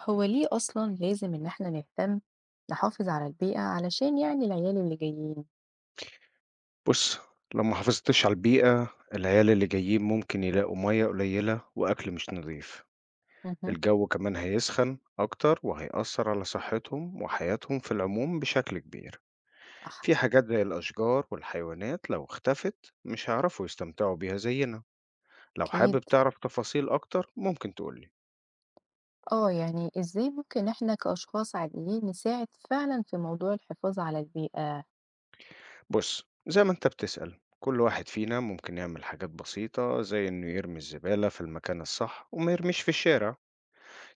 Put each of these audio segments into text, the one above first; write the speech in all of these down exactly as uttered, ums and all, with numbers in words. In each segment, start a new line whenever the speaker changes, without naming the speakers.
هو ليه أصلا لازم إن احنا نهتم نحافظ على البيئة علشان يعني العيال اللي جايين
بُص، لو ما حافظتش على البيئة، العيال اللي جايين ممكن يلاقوا مَيّة قليلة وأكل مش نضيف،
مهم.
الجو كمان هيسخن أكتر وهيأثّر على صحتهم وحياتهم في العموم بشكل كبير.
صح
في حاجات زي الأشجار والحيوانات لو اختفت مش هيعرفوا يستمتعوا بيها زينا. لو
أكيد.
حابب تعرف تفاصيل أكتر ممكن تقول لي.
اه يعني ازاي ممكن احنا كأشخاص عاديين نساعد فعلا في موضوع الحفاظ على البيئة.
بُص، زي ما أنت بتسأل، كل واحد فينا ممكن يعمل حاجات بسيطة زي إنه يرمي الزبالة في المكان الصح وما يرميش في الشارع.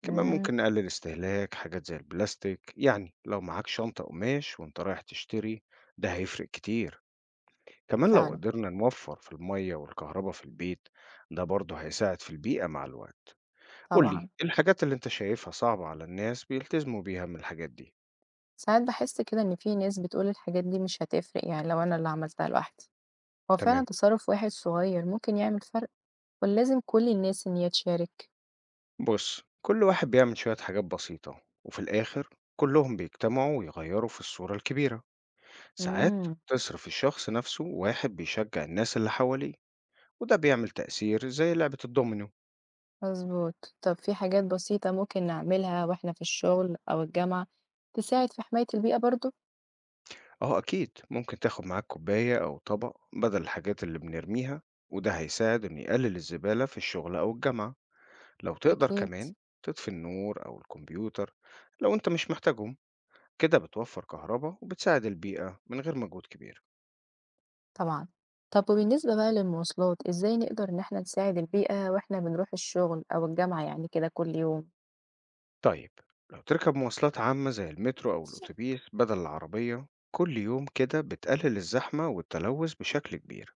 كمان
مم.
ممكن نقلل استهلاك حاجات زي البلاستيك، يعني لو معاك شنطة قماش وانت رايح تشتري ده هيفرق كتير. كمان لو
فعلا.
قدرنا نوفر في المية والكهرباء في البيت، ده برضه هيساعد في البيئة مع الوقت. قولي
طبعا.
إيه الحاجات اللي انت شايفها صعبة على الناس بيلتزموا بيها من الحاجات دي.
ساعات بحس كده إن في ناس بتقول الحاجات دي مش هتفرق، يعني لو أنا اللي عملتها لوحدي. هو فعلا
تمام.
تصرف واحد صغير ممكن يعمل فرق، ولا لازم كل الناس إن هي تشارك؟
بص، كل واحد بيعمل شوية حاجات بسيطة وفي الآخر كلهم بيجتمعوا ويغيروا في الصورة الكبيرة. ساعات
مم.
تصرف الشخص نفسه واحد بيشجع الناس اللي حواليه، وده بيعمل تأثير زي لعبة الدومينو.
مضبوط. طب في حاجات بسيطة ممكن نعملها وإحنا في الشغل أو الجامعة تساعد في حماية البيئة برضه؟
أهو أكيد ممكن تاخد معاك كوباية أو طبق بدل الحاجات اللي بنرميها، وده هيساعد إنه يقلل الزبالة في الشغل أو الجامعة. لو تقدر
أكيد.
كمان تطفي النور أو الكمبيوتر لو أنت مش محتاجهم، كده بتوفر كهرباء وبتساعد البيئة من غير مجهود كبير.
طبعًا. طب وبالنسبة بقى للمواصلات، إزاي نقدر إن إحنا نساعد البيئة وإحنا بنروح الشغل أو الجامعة يعني كده كل يوم؟
طيب، لو تركب مواصلات عامة زي المترو أو الأتوبيس بدل العربية كل يوم، كده بتقلل الزحمة والتلوث بشكل كبير.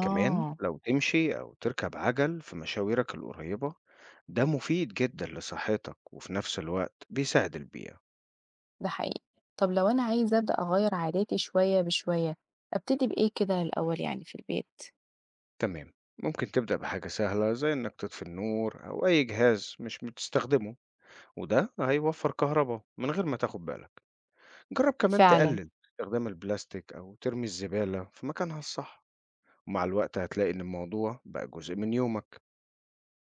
كمان لو تمشي أو تركب عجل في مشاويرك القريبة، ده مفيد جدا لصحتك وفي نفس الوقت بيساعد البيئة.
ده حقيقي. طب لو أنا عايزة أبدأ أغيّر عاداتي شوية بشوية، أبتدي بإيه كده الأول يعني في البيت؟
تمام، ممكن تبدأ بحاجة سهلة زي إنك تطفي النور أو أي جهاز مش بتستخدمه، وده هيوفر كهرباء من غير ما تاخد بالك. جرب كمان
فعلًا.
تقلل استخدام البلاستيك أو ترمي الزبالة في مكانها الصح، ومع الوقت هتلاقي إن الموضوع بقى جزء من يومك.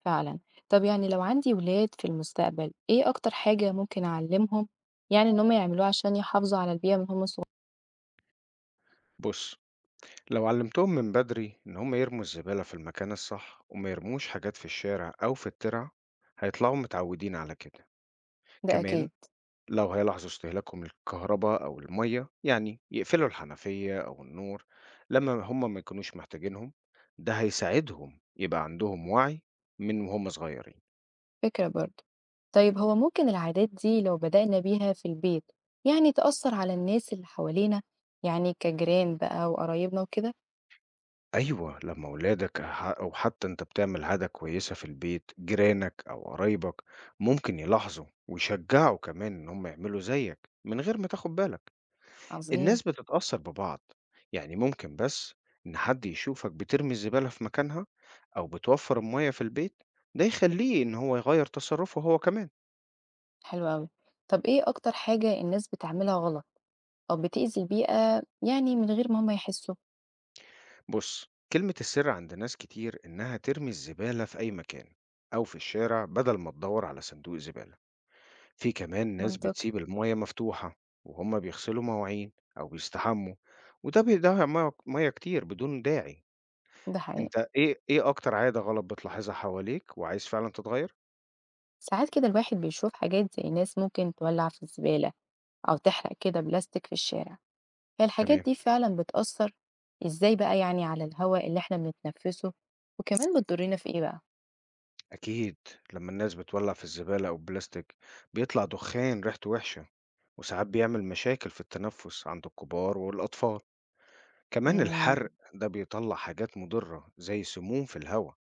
فعلًا. طب يعني لو عندي ولاد في المستقبل، إيه أكتر حاجة ممكن أعلّمهم يعني إن هم يعملوها عشان يحافظوا على البيئة من وهم صغ
بص، لو علمتهم من بدري إن هم يرموا الزبالة في المكان الصح وما يرموش حاجات في الشارع أو في الترع، هيطلعوا متعودين على كده.
ده أكيد.
كمان لو هيلاحظوا استهلاكهم للكهرباء أو المية، يعني يقفلوا الحنفية أو النور لما هم ما يكونوش محتاجينهم، ده هيساعدهم يبقى عندهم وعي من وهم صغيرين.
فكرة برضه. طيب هو ممكن العادات دي لو بدأنا بيها في البيت، يعني تأثّر على الناس اللي حوالينا؟ يعني كجيران بقى وقرايبنا وكده؟
أيوه، لمّا ولادك ح أو حتى أنت بتعمل عادة كويسة في البيت، جيرانك أو قرايبك ممكن يلاحظوا ويشجعوا كمان إن هم يعملوا زيّك. من غير ما تاخد بالك،
عظيم.
الناس بتتأثّر ببعض، يعني ممكن بس إن حد يشوفك بترمي الزبالة في مكانها أو بتوفّر المَيّة في البيت، ده يخلّيه إن هو يغيّر تصرُّفه هو كمان.
حلو أوي. طب إيه أكتر حاجة الناس بتعملها غلط أو بتأذي البيئة يعني من غير ما هم يحسّوا؟
بُص، كلمة السر عند ناس كتير إنها ترمي الزبالة في أي مكان أو في الشارع بدل ما تدوّر على صندوق زبالة. في كمان ناس
منطقي.
بتسيب المية مفتوحة وهم بيغسلوا مواعين أو بيستحموا، وده بيضيع مية مية كتير بدون داعي.
ده حقيقي.
أنت إيه إيه أكتر عادة غلط بتلاحظها حواليك وعايز فعلا تتغير؟
ساعات كده الواحد بيشوف حاجات زي ناس ممكن تولّع في الزبالة أو تحرق كده بلاستيك في الشارع. هي الحاجات
تمام.
دي فعلا بتأثر إزاي بقى يعني على الهواء اللي احنا بنتنفسه، وكمان بتضرنا في إيه بقى؟
أكيد لما الناس بتولع في الزبالة أو البلاستيك، بيطلع دخان ريحته وحشة، وساعات بيعمل مشاكل في التنفس عند الكبار والأطفال. كمان
امم
الحرق ده بيطلع حاجات مضرة زي سموم في الهواء،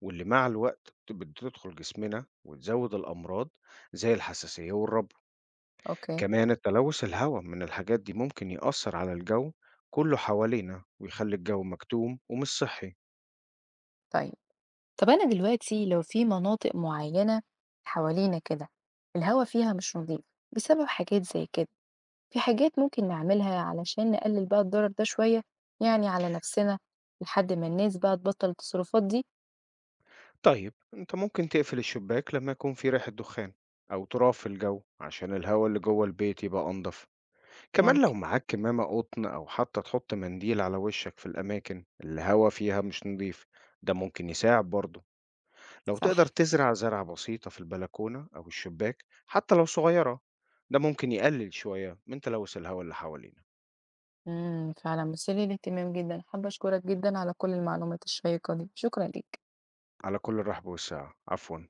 واللي مع الوقت بتدخل جسمنا وتزود الأمراض زي الحساسية والربو.
أوكي.
كمان التلوث الهواء من الحاجات دي ممكن يأثر على الجو كله حوالينا ويخلي الجو مكتوم ومش صحي.
طيب. طب أنا دلوقتي لو في مناطق معينة حوالينا كده الهواء فيها مش نظيف بسبب حاجات زي كده، في حاجات ممكن نعملها علشان نقلل بقى الضرر ده شوية يعني على نفسنا لحد ما الناس بقى تبطل التصرفات دي؟
طيب، انت ممكن تقفل الشباك لما يكون في ريحة دخان أو تراب في الجو عشان الهواء اللي جوه البيت يبقى أنضف. كمان
ممكن.
لو معاك كمامة قطن أو حتى تحط منديل على وشك في الأماكن اللي الهواء فيها مش نضيف، ده ممكن يساعد برضه. لو تقدر
صح.
تزرع زرعة بسيطة في البلكونة أو الشباك حتى لو صغيرة، ده ممكن يقلل شوية من تلوث الهواء اللي حوالينا.
إمم، فعلًا مثير للاهتمام جدًا، حابة أشكرك جدًا على كل المعلومات الشيقة دي، شكرًا ليك.
على كل الرحب والسعة، عفواً.